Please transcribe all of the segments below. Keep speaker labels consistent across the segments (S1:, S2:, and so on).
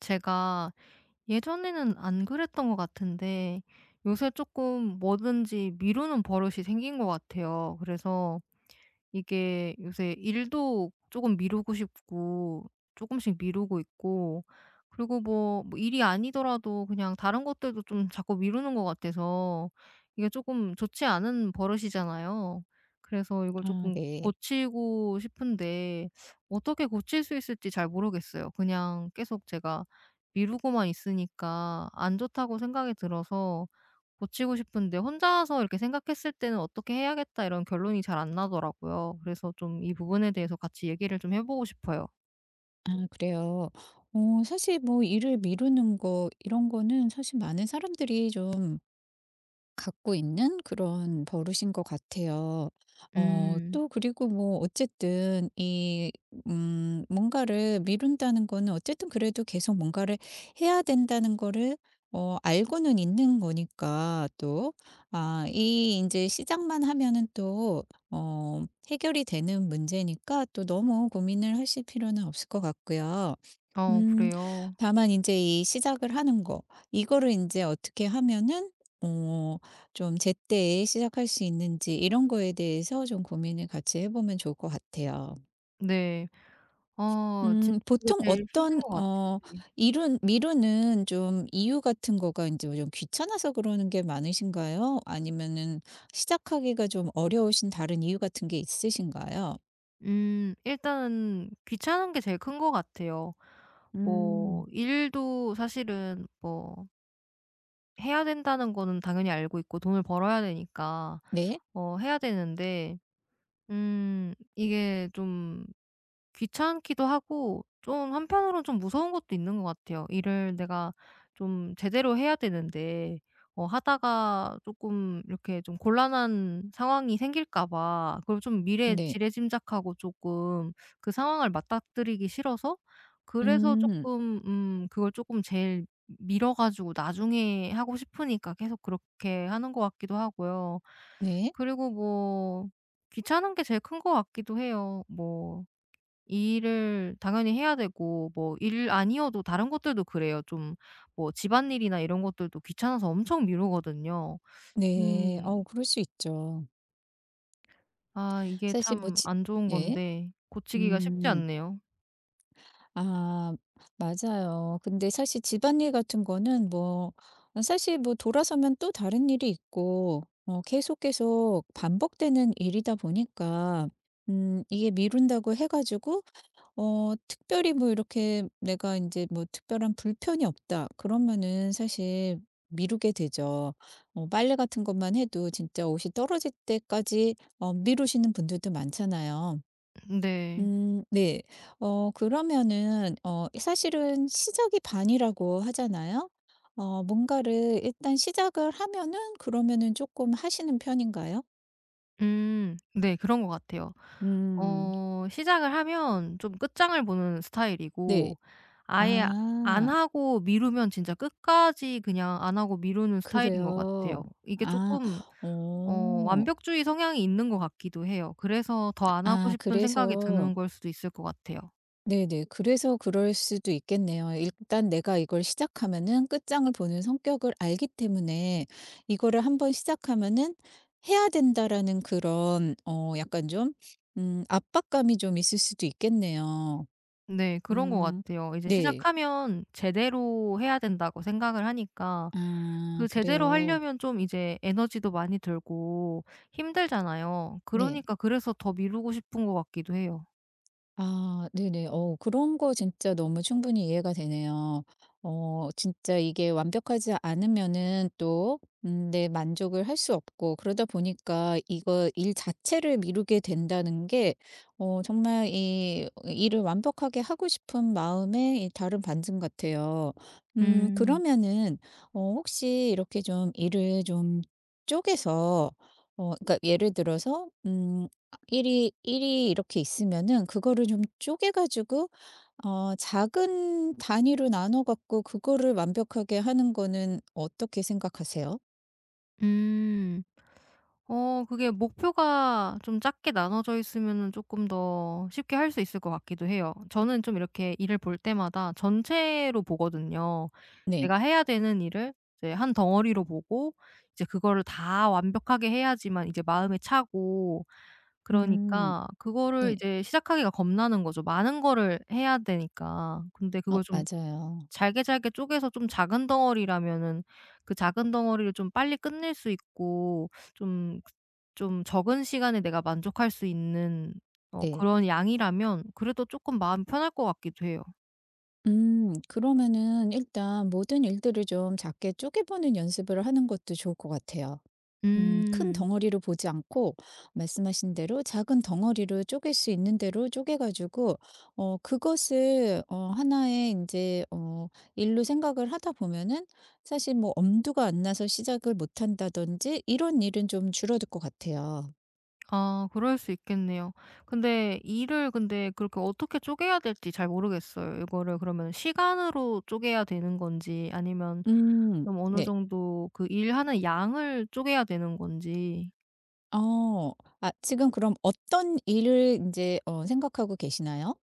S1: 제가 예전에는 안 그랬던 것 같은데 요새 조금 뭐든지 미루는 버릇이 생긴 것 같아요. 그래서 이게 요새 일도 조금 미루고 싶고 조금씩 미루고 있고, 그리고 뭐 일이 아니더라도 그냥 다른 것들도 좀 자꾸 미루는 것 같아서 이게 조금 좋지 않은 버릇이잖아요. 그래서 이걸
S2: 아
S1: 조금
S2: 네.
S1: 고치고 싶은데 어떻게 고칠 수 있을지 잘 모르겠어요. 그냥 계속 제가 미루고만 있으니까 안 좋다고 생각이 들어서 고치고 싶은데, 혼자서 이렇게 생각했을 때는 '어떻게 해야겠다.' 이런 결론이 잘 안 나더라고요. 그래서 좀 이 부분에 대해서 같이 얘기를 좀 해 보고 싶어요.
S2: 아 그래요. 사실 뭐 일을 미루는 거 이런 거는 사실 많은 사람들이 좀 갖고 있는 그런 버릇인 것 같아요.
S1: 음.
S2: 또 그리고 뭐 어쨌든 뭔가를 미룬다는 거는 어쨌든 그래도 계속 뭔가를 해야 된다는 거를 알고는 있는 거니까 이 이제 시작만 하면은 해결이 되는 문제니까 또 너무 고민을 하실 필요는 없을 것 같고요.
S1: 어
S2: 음,
S1: 그래요?
S2: 다만 이제 이 시작을 하는 거, 이거를 이제 어떻게 하면은 어, 좀 제때 시작할 수 있는지 이런 거에 대해서 좀 고민을 같이 해 보면 좋을 것 같아요.
S1: 네. 아 진짜 그게
S2: 보통
S1: 제일 힘든
S2: 어떤
S1: 것 같아요.
S2: 어
S1: 네.
S2: 이룬 미루는 좀 이유 같은 거가 이제 좀 귀찮아서 그러는 게 많으신가요? 아니면은 시작하기가 좀 어려우신 다른 이유 같은 게 있으신가요?
S1: 일단은 귀찮은 게 제일 큰 것 같아요. 뭐
S2: 음.
S1: 일도 사실은 뭐 해야 된다는 거는 당연히 알고 있고, 돈을 벌어야 되니까
S2: 네.
S1: 어 해야 되는데, 이게 좀 귀찮기도 하고 좀 한편으로는 좀 무서운 것도 있는 것 같아요. 일을 내가 좀 제대로 해야 되는데, 어 하다가 조금 이렇게 좀 곤란한 상황이 생길까 봐 그걸 좀 미래에
S2: 네.
S1: 지레짐작하고 조금 그 상황을 맞닥뜨리기 싫어서, 그래서
S2: 음.
S1: 조금 그걸 조금 제일 미뤄 가지고 나중에 하고 싶으니까 계속 그렇게 하는 것 같기도 하고요.
S2: 네.
S1: 그리고 뭐 귀찮은 게 제일 큰 것 같기도 해요. 뭐 일을 당연히 해야 되고, 뭐 일 아니어도 다른 것들도 그래요. 좀 뭐 집안일이나 이런 것들도 귀찮아서 엄청 미루거든요.
S2: 네.
S1: 음.
S2: 어 그럴 수 있죠.
S1: 아 이게
S2: 사실 뭐
S1: 참
S2: 지
S1: 안 좋은
S2: 네.
S1: 건데 고치기가 쉽지
S2: 음.
S1: 않네요.
S2: 아 맞아요. 근데 사실 집안일 같은 거는 뭐 아 사실 뭐 돌아서면 또 다른 일이 있고 어 계속 반복되는 일이다 보니까 이게 미룬다고 해 가지고 어 특별히 뭐 이렇게 내가 이제 뭐 '특별한 불편이 없다.' 그러면은 사실 미루게 되죠. 어 빨래 같은 것만 해도 진짜 옷이 떨어질 때까지 어 미루시는 분들도 많잖아요.
S1: 네.
S2: 네. 어 그러면은 어 사실은 시작이 반이라고 하잖아요. 어 뭔가를 일단 시작을 하면은 그러면은 조금 하시는 편인가요?
S1: 음. 네, 그런 것 같아요.
S2: 음
S1: 어 시작을 하면 좀 끝장을 보는
S2: 네.
S1: 스타일이고, 아예 안
S2: 아
S1: 하고 미루면 진짜 끝까지 그냥 안 하고 미루는 스타일인 것 같아요.
S2: 그래요.
S1: 이게
S2: 아.
S1: 쪼끔
S2: 오
S1: 어 완벽주의 성향이 있는 것 같기도 해요. 그래서 더 안 하고
S2: 아
S1: 싶은 생각이
S2: 그래서
S1: 드는 걸 수도 있을 것 같아요.
S2: 네네. 그래서 그럴 수도 있겠네요. 일단 내가 이걸 시작하면은 끝장을 보는 성격을 알기 때문에 이거를 한번 시작하면은 해야 된다라는 그런 어 약간 좀 압박감이 좀 있을 수도 있겠네요.
S1: 네, 그런 것
S2: 음.
S1: 같아요. 이제
S2: 네.
S1: 시작하면 제대로 해야 된다고 생각을 하니까 그
S2: 아
S1: 제대로
S2: 그래요.
S1: 하려면 좀 이제 에너지도 많이 들고 힘들잖아요.
S2: 네.
S1: 그러니까 그래서 더 미루고 싶은 것 같기도 해요.
S2: 아 네네. 어 그런 거 진짜 너무 충분히 이해가 되네요. 어 진짜 이게 완벽하지 않으면은 또 내 만족을 할 수 없고 그러다 보니까 이거 일 자체를 미루게 된다는 게 어 정말 이 일을 완벽하게 하고 싶은 마음의 이 다른 반증 같아요.
S1: 음.
S2: 그러면은 어 혹시 이렇게 좀 일을 좀 쪼개서 어 그러니까 예를 들어서 일이 이렇게 있으면은 그거를 좀 쪼개 가지고 어 작은 단위로 나눠 갖고 그거를 완벽하게 하는 거는 어떻게 생각하세요?
S1: 음. 어 그게 목표가 좀 작게 나눠져 있으면은 조금 더 쉽게 할 수 있을 것 같기도 해요. 저는 좀 이렇게 일을 볼 때마다 전체로 보거든요.
S2: 네.
S1: 내가 해야 되는 일을 이제 한 덩어리로 보고 이제 그거를 다 완벽하게 해야지만 이제 마음에 차고,
S2: 음.
S1: 그러니까 그거를
S2: 네.
S1: 이제 시작하기가 겁나는 거죠. 많은 거를 해야 되니까. 근데
S2: 어
S1: 그걸 좀
S2: 맞아요.
S1: 잘게 잘게 쪼개서 좀 작은 덩어리라면은 그 작은 덩어리를 좀 빨리 끝낼 수 있고, 좀 적은 시간에 내가 만족할 수 있는 어
S2: 네.
S1: 그런 양이라면 그래도 쪼끔 마음이 편할 것 같기도 해요.
S2: 그러면은 일단 모든 일들을 좀 작게 쪼개 보는 연습을 하는 것도 좋을 것 같아요. 큰
S1: 음.
S2: 덩어리로 보지 않고 말씀하신 대로 작은 덩어리로 쪼갤 수 있는 대로 쪼개 가지고 어 그것을 어 하나의 인제 어 일로 생각을 하다 보면은 사실 뭐 엄두가 안 나서 시작을 못 한다든지 이런 일은 좀 줄어들 것 같아요.
S1: 아 그럴 수 있겠네요. 근데 일을 근데 그렇게 어떻게 쪼개야 될지 잘 모르겠어요. 이거를 그러면 시간으로 쪼개야 되는 건지 아니면 좀 어느
S2: 네.
S1: 정도 그 일하는 양을 쪼개야 되는 건지.
S2: 어. 아 지금 그럼 어떤 일을 인제 어 생각하고 계시나요?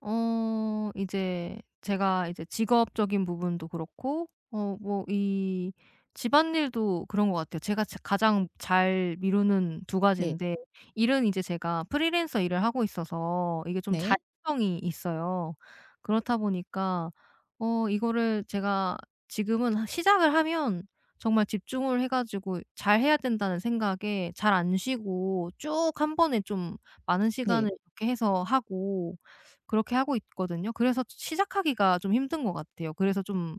S1: 어 이제 제가 이제 직업적인 부분도 그렇고 어 뭐 이 집안일도 그런 것 같아요. 제가 자 가장 잘 미루는 두
S2: 네.
S1: 가지인데, 일은 이제 제가 프리랜서 일을 하고 있어서 이게 좀
S2: 네.
S1: 자율성이 있어요. 그렇다 보니까 어 이거를 제가 지금은 하 시작을 하면 정말 집중을 해 가지고 '잘해야 된다.'는 생각에 잘 안 쉬고 쭉 한 번에 좀 많은 시간을
S2: 네.
S1: 이렇게 해서 하고 그렇게 하고 있거든요. 그래서 시작하기가 좀 힘든 것 같아요. 그래서 좀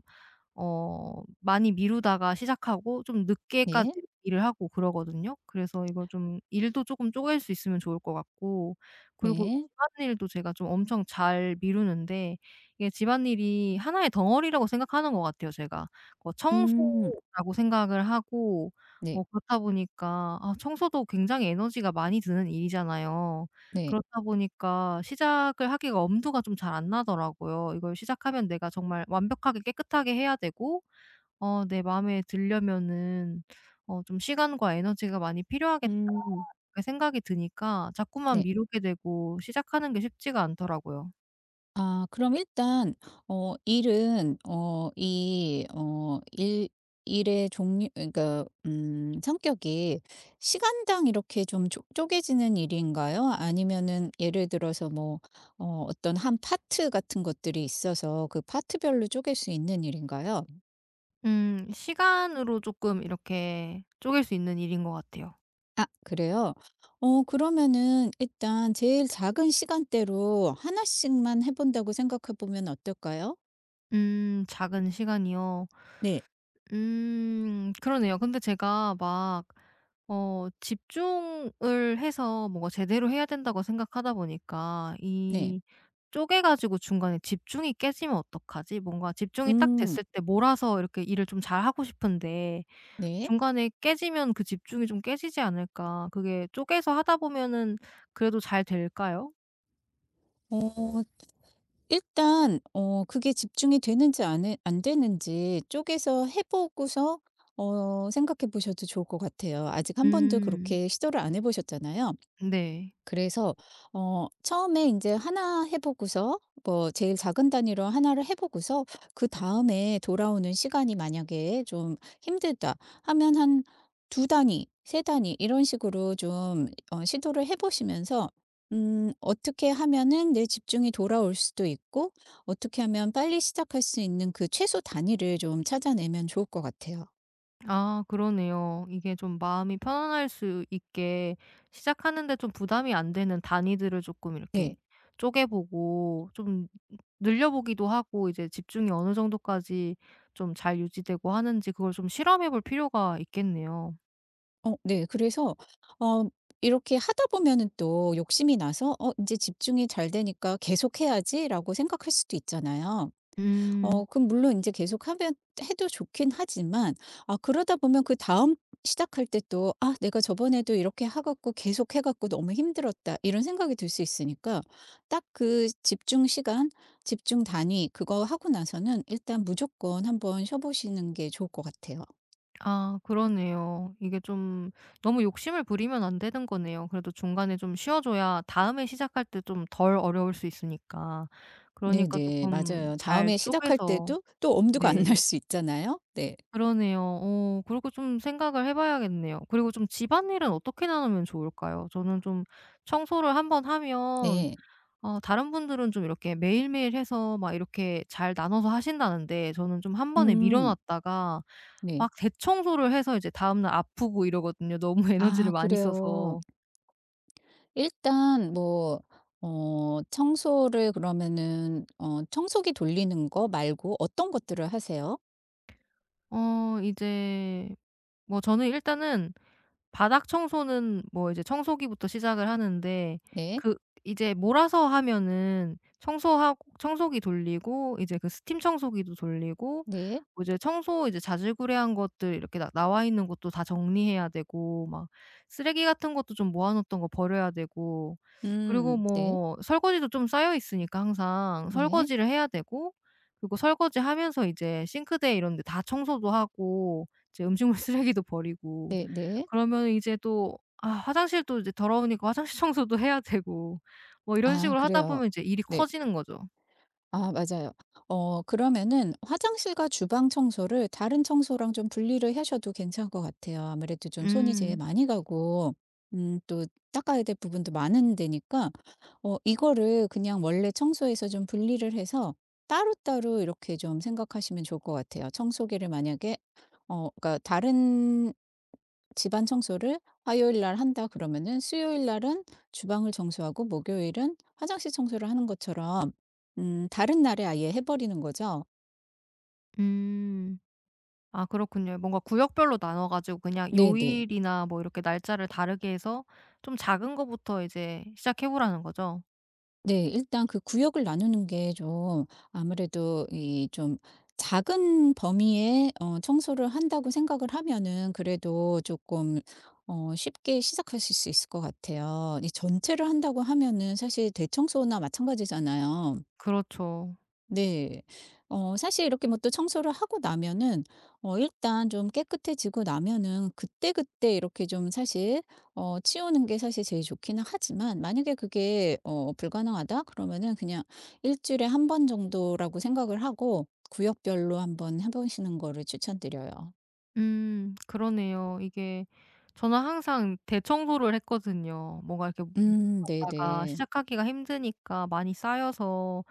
S1: 어 많이 미루다가 시작하고 좀 늦게까지
S2: 네.
S1: 일을 하고 그러거든요. 그래서 이거 좀 일도 조금 쪼갤 수 있으면 좋을 것 같고, 그리고
S2: 네.
S1: 집안일도 제가 좀 엄청 잘 미루는데 이게 집안일이 하나의 덩어리라고 생각하는 것 같아요 제가. 뭐
S2: 음.
S1: 청소라고 생각을 하고,
S2: 네.
S1: 뭐 그렇다 보니까 아 청소도 굉장히 에너지가 많이 드는 일이잖아요.
S2: 네.
S1: 그렇다 보니까 시작을 하기가 엄두가 좀 잘 안 나더라고요. 이걸 시작하면 내가 정말 완벽하게 깨끗하게 해야 되고 어 내 마음에 들려면은 어 좀 '시간과 에너지가 많이 필요하겠다.'
S2: 음.
S1: 이렇게 생각이 드니까 자꾸만
S2: 네.
S1: 미루게 되고 시작하는 게 쉽지가 않더라고요.
S2: 아 그럼 일단 어 일은 어 이 어 일 일의 종류 그러니까 성격이 시간당 이렇게 좀 쪼 쪼개지는 일인가요? 아니면은 예를 들어서 뭐 어 어떤 한 파트 같은 것들이 있어서 그 파트별로 쪼갤 수 있는 일인가요?
S1: 시간으로 쪼끔 이렇게 쪼갤 수 있는 일인 것 같아요.
S2: 아 그래요? 어 그러면은 일단 제일 작은 시간대로 하나씩만 해 본다고 생각해 보면 어떨까요?
S1: 작은 시간이요.
S2: 네.
S1: 그러네요. 근데 제가 막 어 집중을 해서 뭔가 제대로 해야 된다고 생각하다 보니까
S2: 네.
S1: 이 쪼개 가지고 중간에 집중이 깨지면 어떡하지? 뭔가 집중이 딱
S2: 음
S1: 됐을 때 몰아서 이렇게 일을 좀 잘하고 싶은데
S2: 네.
S1: 중간에 깨지면 그 집중이 좀 깨지지 않을까? 그게 쪼개서 하다 보면은 그래도 잘 될까요?
S2: 어 일단 어 그게 집중이 되는지 안 되는지 쪼개서 해 보고서 어 생각해 보셔도 좋을 것 같아요. 아직 한 번도
S1: 음.
S2: 그렇게 시도를 안 해 보셨잖아요.
S1: 네.
S2: 그래서 어 처음에 인제 하나 해 보고서 뭐 제일 작은 단위로 하나를 해 보고서 그다음에 돌아오는 시간이 만약에 좀 힘들다 하면 한 두 단위, 세 단위 이런 식으로 좀 어 시도를 해 보시면서 어떻게 하면은 내 집중이 돌아올 수도 있고 어떻게 하면 빨리 시작할 수 있는 그 최소 단위를 좀 찾아내면 좋을 것 같아요.
S1: 아 그러네요. 이게 좀 마음이 편안할 수 있게 시작하는데 좀 부담이 안 되는 단위들을 조금 이렇게
S2: 네.
S1: 쪼개 보고 좀 늘려 보기도 하고 이제 집중이 어느 정도까지 좀 잘 유지되고 하는지 그걸 좀 실험해 볼 필요가 있겠네요.
S2: 어 네. 그래서 어 이렇게 하다 보면은 또 욕심이 나서 '어 제 집중이 잘 되니까 계속해야지.'라고 생각할 수도 있잖아요.
S1: 음.
S2: 어 그럼 물론 이제 계속하면 해도 좋긴 하지만 아 그러다 보면 그다음 시작할 때 또 '아 내가 저번에도 이렇게 해 갖고 계속해 갖고 너무 힘들었다.' 이런 생각이 들 수 있으니까 딱 그 집중 시간, 집중 단위 그거 하고 나서는 일단 무조건 한번 쉬어 보시는 게 좋을 것 같아요.
S1: 아 그러네요. 이게 좀 너무 욕심을 부리면 안 되는 거네요. 그래도 중간에 좀 쉬어 줘야 다음에 시작할 때 좀 덜 어려울 수 있으니까. 그러니까
S2: 네네.
S1: 조금
S2: 맞아요.
S1: 잘
S2: 다음에 시작할
S1: 쪼개서.
S2: 때도 또 엄두가 안
S1: 네.
S2: 날 수 있잖아요. 네.
S1: 그러네요. 어 그리고 좀 생각을 해 봐야겠네요. 그리고 좀 집안일은 어떻게 나누면 좋을까요? 저는 좀 청소를 한번 하면
S2: 네.
S1: 어 다른 분들은 좀 이렇게 매일매일 해서 막 이렇게 잘 나눠서 하신다는데, 저는 좀 한 번에 미뤄
S2: 음.
S1: 놨다가
S2: 네.
S1: 막 대청소를 해서 이제 다음날 아프고 이러거든요, 너무 에너지를
S2: 아
S1: 많이
S2: 그래요.
S1: 써서.
S2: 일단 뭐 어 청소를 그러면은 어 청소기 돌리는 거 말고 어떤 것들을 하세요?
S1: 어 이제 뭐 저는 일단은 바닥 청소는 뭐 이제 청소기부터 시작을 하는데,
S2: 네.
S1: 그 이제 몰아서 하면은 청소하고 청소기 돌리고 이제 그 스팀 청소기도 돌리고,
S2: 네.
S1: 뭐 이제 청소 이제 자질구레한 것들 이렇게 나 나와 있는 것도 다 정리해야 되고, 막 쓰레기 같은 것도 좀 모아 놓던 거 버려야 되고, 그리고
S2: 음. 네.
S1: 뭐 설거지도 좀 쌓여 있으니까 항상
S2: 네.
S1: 설거지를 해야 되고, 그리고 설거지하면서 이제 싱크대 이런 데 다 청소도 하고 이제 음식물 쓰레기도 버리고,
S2: 네네.
S1: 그러면 이제 또 아 화장실도 이제 더러우니까 화장실 청소도 해야 되고, 뭐 이런
S2: 아
S1: 식으로 하다
S2: 그래요.
S1: 보면 이제 일이
S2: 네.
S1: 커지는 거죠.
S2: 아 맞아요. 어 그러면은 화장실과 주방 청소를 다른 청소랑 좀 분리를 하셔도 괜찮을 것 같아요. 아무래도 좀 손이 제일
S1: 음.
S2: 많이 가고 또 닦아야 될 부분도 많은 데니까 어 이거를 그냥 원래 청소에서 좀 분리를 해서 따로따로 이렇게 좀 생각하시면 좋을 것 같아요. 청소기를 만약에 어 그러니까 다른 집안 청소를 화요일 날 한다 그러면은 수요일 날은 주방을 청소하고 목요일은 화장실 청소를 하는 것처럼 다른 날에 아예 해 버리는 거죠?
S1: 음. 아 그렇군요. 뭔가 구역별로 나눠 가지고 그냥
S2: 네네.
S1: 요일이나 뭐 이렇게 날짜를 다르게 해서 좀 작은 거부터 이제 시작해 보라는 거죠?
S2: 네. 일단 그 구역을 나누는 게 좀 아무래도 이 좀 작은 범위에 어 청소를 한다고 생각을 하면은 그래도 조금 어 쉽게 시작하실 수 있을 것 같아요. 이 전체를 한다고 하면은 사실 대청소나 마찬가지잖아요.
S1: 그렇죠.
S2: 네. 어 사실 이렇게 뭐 또 청소를 하고 나면은 어 일단 좀 깨끗해지고 나면은 그때그때 이렇게 좀 사실 어 치우는 게 사실 제일 좋기는 하지만 만약에 그게 어 불가능하다 그러면은 그냥 일 주일에 한 번 정도라고 생각을 하고 구역별로 한번 해 보시는 거를 추천드려요.
S1: 그러네요. 이게 저는 항상 대청소를 했거든요. 뭔가 이렇게 다가
S2: 네네.
S1: 시작하기가 힘드니까 많이 쌓여서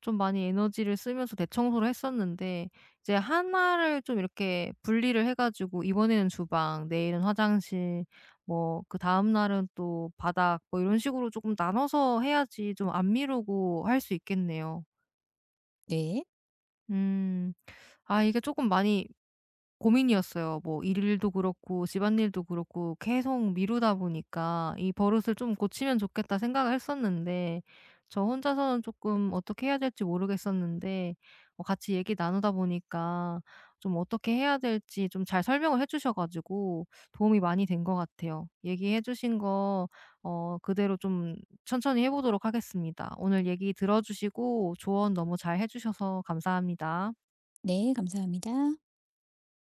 S1: 좀 많이 에너지를 쓰면서 대청소를 했었는데, 이제 하나를 좀 이렇게 분리를 해 가지고 이번에는 주방, 내일은 화장실, 뭐 그다음 날은 또 바닥 뭐 이런 식으로 조금 나눠서 해야지 좀 안 미루고 할 수 있겠네요.
S2: 네.
S1: 음. 아 이게 조금 많이 고민이었어요. 뭐 일도 일 그렇고 집안일도 그렇고 계속 미루다 보니까 이 버릇을 좀 고치면 좋겠다 생각을 했었는데, 저 혼자서는 조금 어떻게 해야 될지 모르겠었는데 어 같이 얘기 나누다 보니까 좀 어떻게 해야 될지 좀 잘 설명을 해 주셔 가지고 도움이 많이 된 것 같아요. 얘기해 주신 거 어 그대로 좀 천천히 해 보도록 하겠습니다. 오늘 얘기 들어 주시고 조언 너무 잘 해 주셔서 감사합니다.
S2: 네 감사합니다.